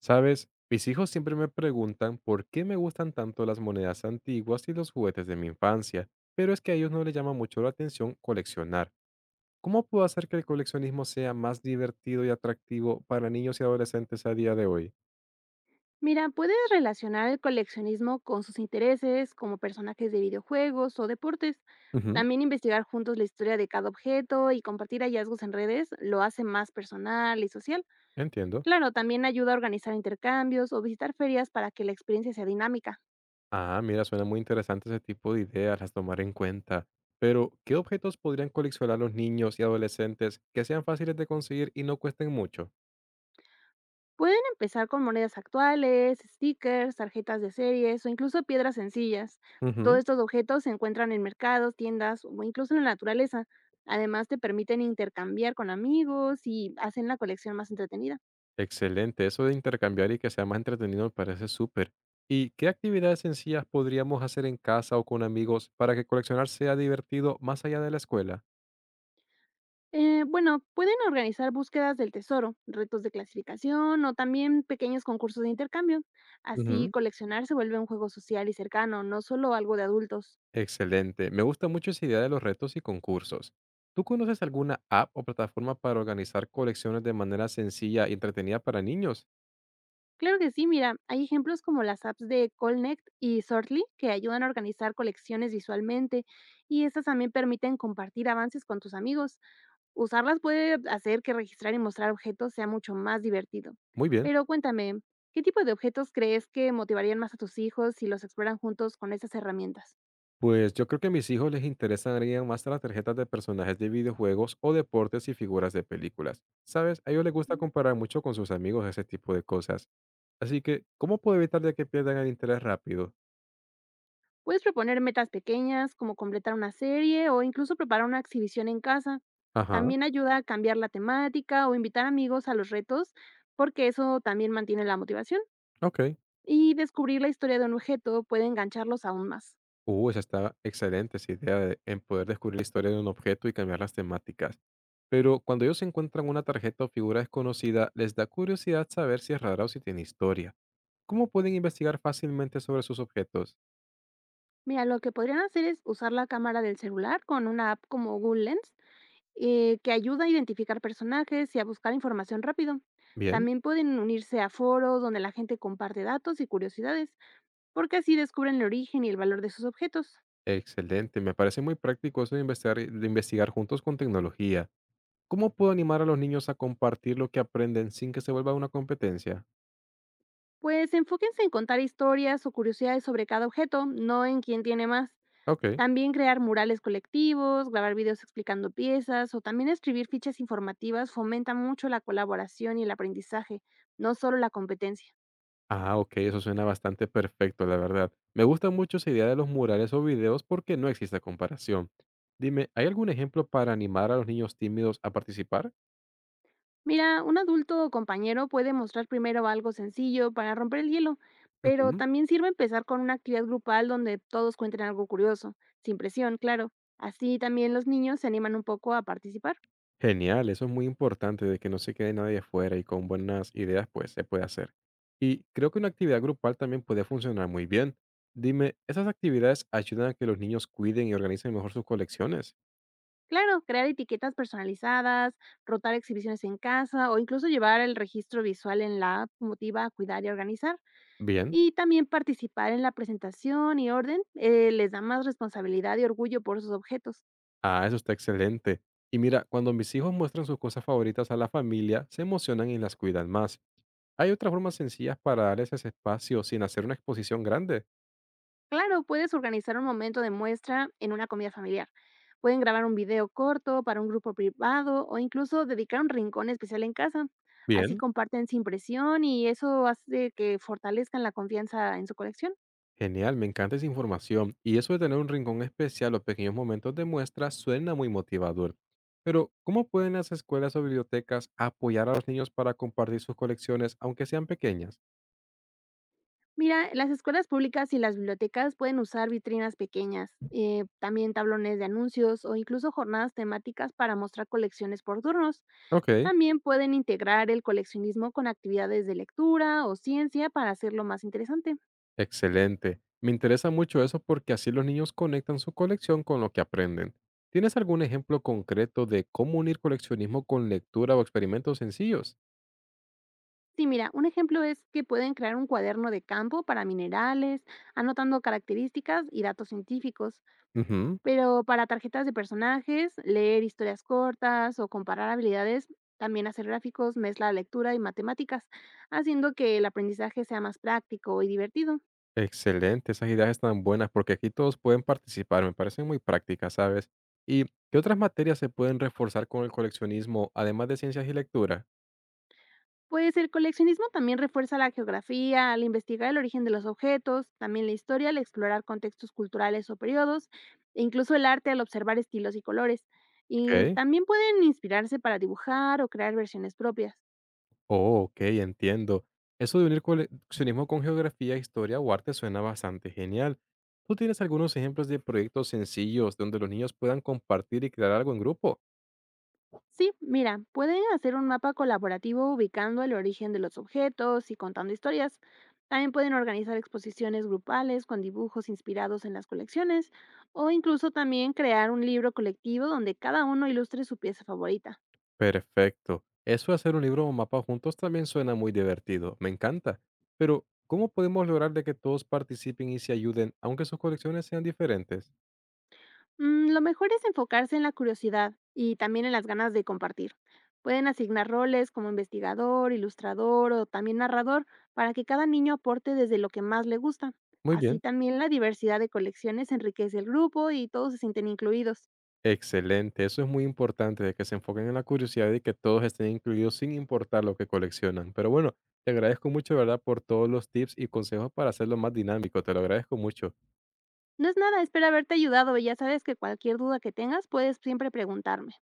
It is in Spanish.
¿Sabes? Mis hijos siempre me preguntan por qué me gustan tanto las monedas antiguas y los juguetes de mi infancia, pero es que a ellos no les llama mucho la atención coleccionar. ¿Cómo puedo hacer que el coleccionismo sea más divertido y atractivo para niños y adolescentes a día de hoy? Mira, puedes relacionar el coleccionismo con sus intereses, como personajes de videojuegos o deportes. Ujú, También investigar juntos la historia de cada objeto y compartir hallazgos en redes lo hace más personal y social. entiendo. Claro, también ayuda a organizar intercambios o visitar ferias para que la experiencia sea dinámica. Ah, mira, suena muy interesante ese tipo de ideas, las tomar en cuenta. Pero, ¿qué objetos podrían coleccionar los niños y adolescentes que sean fáciles de conseguir y no cuesten mucho? Pueden empezar con monedas actuales, stickers, tarjetas de series o incluso piedras sencillas. Todos Ujú. estos objetos se encuentran en mercados, tiendas o incluso en la naturaleza. Además, te permiten intercambiar con amigos y hacen la colección más entretenida. Excelente, eso de intercambiar y que sea más entretenido me parece súper. ¿Y qué actividades sencillas podríamos hacer en casa o con amigos para que coleccionar sea divertido más allá de la escuela? Bueno, pueden organizar búsquedas del tesoro, retos de clasificación o también pequeños concursos de intercambio. Así, Ujú, coleccionar se vuelve un juego social y cercano, no solo algo de adultos. excelente, me gusta mucho esa idea de los retos y concursos. ¿Tú conoces alguna app o plataforma para organizar colecciones de manera sencilla y entretenida para niños? Claro que sí, mira, hay ejemplos como las apps de Colnect y Sortly que ayudan a organizar colecciones visualmente y estas también permiten compartir avances con tus amigos. Usarlas puede hacer que registrar y mostrar objetos sea mucho más divertido. Muy bien. Pero cuéntame, ¿qué tipo de objetos crees que motivarían más a tus hijos si los exploran juntos con estas herramientas? Pues yo creo que a mis hijos les interesarían más las tarjetas de personajes de videojuegos o deportes y figuras de películas. ¿Sabes? A ellos les gusta comparar mucho con sus amigos ese tipo de cosas. Así que, ¿cómo puedo evitar de que pierdan el interés rápido? Puedes proponer metas pequeñas como completar una serie o incluso preparar una exhibición en casa. Ajá, También ayuda a cambiar la temática o invitar amigos a los retos porque eso también mantiene la motivación. ok. Y descubrir la historia de un objeto puede engancharlos aún más. Esa está excelente, esa idea de en poder descubrir la historia de un objeto y cambiar las temáticas. Pero cuando ellos encuentran una tarjeta o figura desconocida, les da curiosidad saber si es rara o si tiene historia. ¿Cómo pueden investigar fácilmente sobre sus objetos? Mira, lo que podrían hacer es usar la cámara del celular con una app como Google Lens, que ayuda a identificar personajes y a buscar información rápido. Bien, También pueden unirse a foros donde la gente comparte datos y curiosidades, porque así descubren el origen y el valor de sus objetos. excelente. Me parece muy práctico eso de investigar juntos con tecnología. ¿Cómo puedo animar a los niños a compartir lo que aprenden sin que se vuelva una competencia? Pues enfóquense en contar historias o curiosidades sobre cada objeto, no en quién tiene más. Ok. También crear murales colectivos, grabar videos explicando piezas o también escribir fichas informativas fomenta mucho la colaboración y el aprendizaje, no solo la competencia. Ah, ok, eso suena bastante perfecto, la verdad. Me gusta mucho esa idea de los murales o videos porque no existe comparación. Dime, ¿hay algún ejemplo para animar a los niños tímidos a participar? Mira, un adulto o compañero puede mostrar primero algo sencillo para romper el hielo, pero Ujú. también sirve empezar con una actividad grupal donde todos cuenten algo curioso, sin presión, claro. Así también los niños se animan un poco a participar. Genial, eso es muy importante, de que no se quede nadie afuera y con buenas ideas pues se puede hacer. Y creo que una actividad grupal también puede funcionar muy bien. Dime, ¿esas actividades ayudan a que los niños cuiden y organicen mejor sus colecciones? Claro, crear etiquetas personalizadas, rotar exhibiciones en casa o incluso llevar el registro visual en la app motiva a cuidar y organizar. Bien. Y también participar en la presentación y orden, les da más responsabilidad y orgullo por sus objetos. Ah, eso está excelente. Y mira, cuando mis hijos muestran sus cosas favoritas a la familia, se emocionan y las cuidan más. ¿Hay otras formas sencillas para darles ese espacio sin hacer una exposición grande? Claro, puedes organizar un momento de muestra en una comida familiar. Pueden grabar un video corto para un grupo privado o incluso dedicar un rincón especial en casa. Así Bien. comparten sin presión y eso hace que fortalezcan la confianza en su colección. Genial, me encanta esa información. Y eso de tener un rincón especial o pequeños momentos de muestra suena muy motivador. Pero, ¿cómo pueden las escuelas o bibliotecas apoyar a los niños para compartir sus colecciones, aunque sean pequeñas? Mira, las escuelas públicas y las bibliotecas pueden usar vitrinas pequeñas, también tablones de anuncios o incluso jornadas temáticas para mostrar colecciones por turnos. Ok. También pueden integrar el coleccionismo con actividades de lectura o ciencia para hacerlo más interesante. Excelente. Me interesa mucho eso porque así los niños conectan su colección con lo que aprenden. ¿Tienes algún ejemplo concreto de cómo unir coleccionismo con lectura o experimentos sencillos? Sí, mira, un ejemplo es que pueden crear un cuaderno de campo para minerales, anotando características y datos científicos. Ujú. Pero para tarjetas de personajes, leer historias cortas o comparar habilidades, también hacer gráficos mezcla lectura y matemáticas, haciendo que el aprendizaje sea más práctico y divertido. Excelente, esas ideas están buenas porque aquí todos pueden participar, me parecen muy prácticas, ¿sabes? ¿Y qué otras materias se pueden reforzar con el coleccionismo, además de ciencias y lectura? Pues el coleccionismo también refuerza la geografía al investigar el origen de los objetos, también la historia al explorar contextos culturales o periodos, e incluso el arte al observar estilos y colores. Y Ok. también pueden inspirarse para dibujar o crear versiones propias. Oh, ok, entiendo. Eso de unir coleccionismo con geografía, historia o arte suena bastante genial. ¿Tú tienes algunos ejemplos de proyectos sencillos donde los niños puedan compartir y crear algo en grupo? Sí, mira, pueden hacer un mapa colaborativo ubicando el origen de los objetos y contando historias. También pueden organizar exposiciones grupales con dibujos inspirados en las colecciones o incluso también crear un libro colectivo donde cada uno ilustre su pieza favorita. Perfecto. Eso de hacer un libro o mapa juntos también suena muy divertido. Me encanta. Pero, ¿cómo podemos lograr de que todos participen y se ayuden, aunque sus colecciones sean diferentes? Lo mejor es enfocarse en la curiosidad y también en las ganas de compartir. Pueden asignar roles como investigador, ilustrador o también narrador para que cada niño aporte desde lo que más le gusta. Muy Así bien. también la diversidad de colecciones enriquece el grupo y todos se sienten incluidos. Excelente, eso es muy importante, de que se enfoquen en la curiosidad y que todos estén incluidos sin importar lo que coleccionan. Pero bueno, te agradezco mucho, de ¿verdad?, por todos los tips y consejos para hacerlo más dinámico. Te lo agradezco mucho. No es nada, espero haberte ayudado y ya sabes que cualquier duda que tengas puedes siempre preguntarme.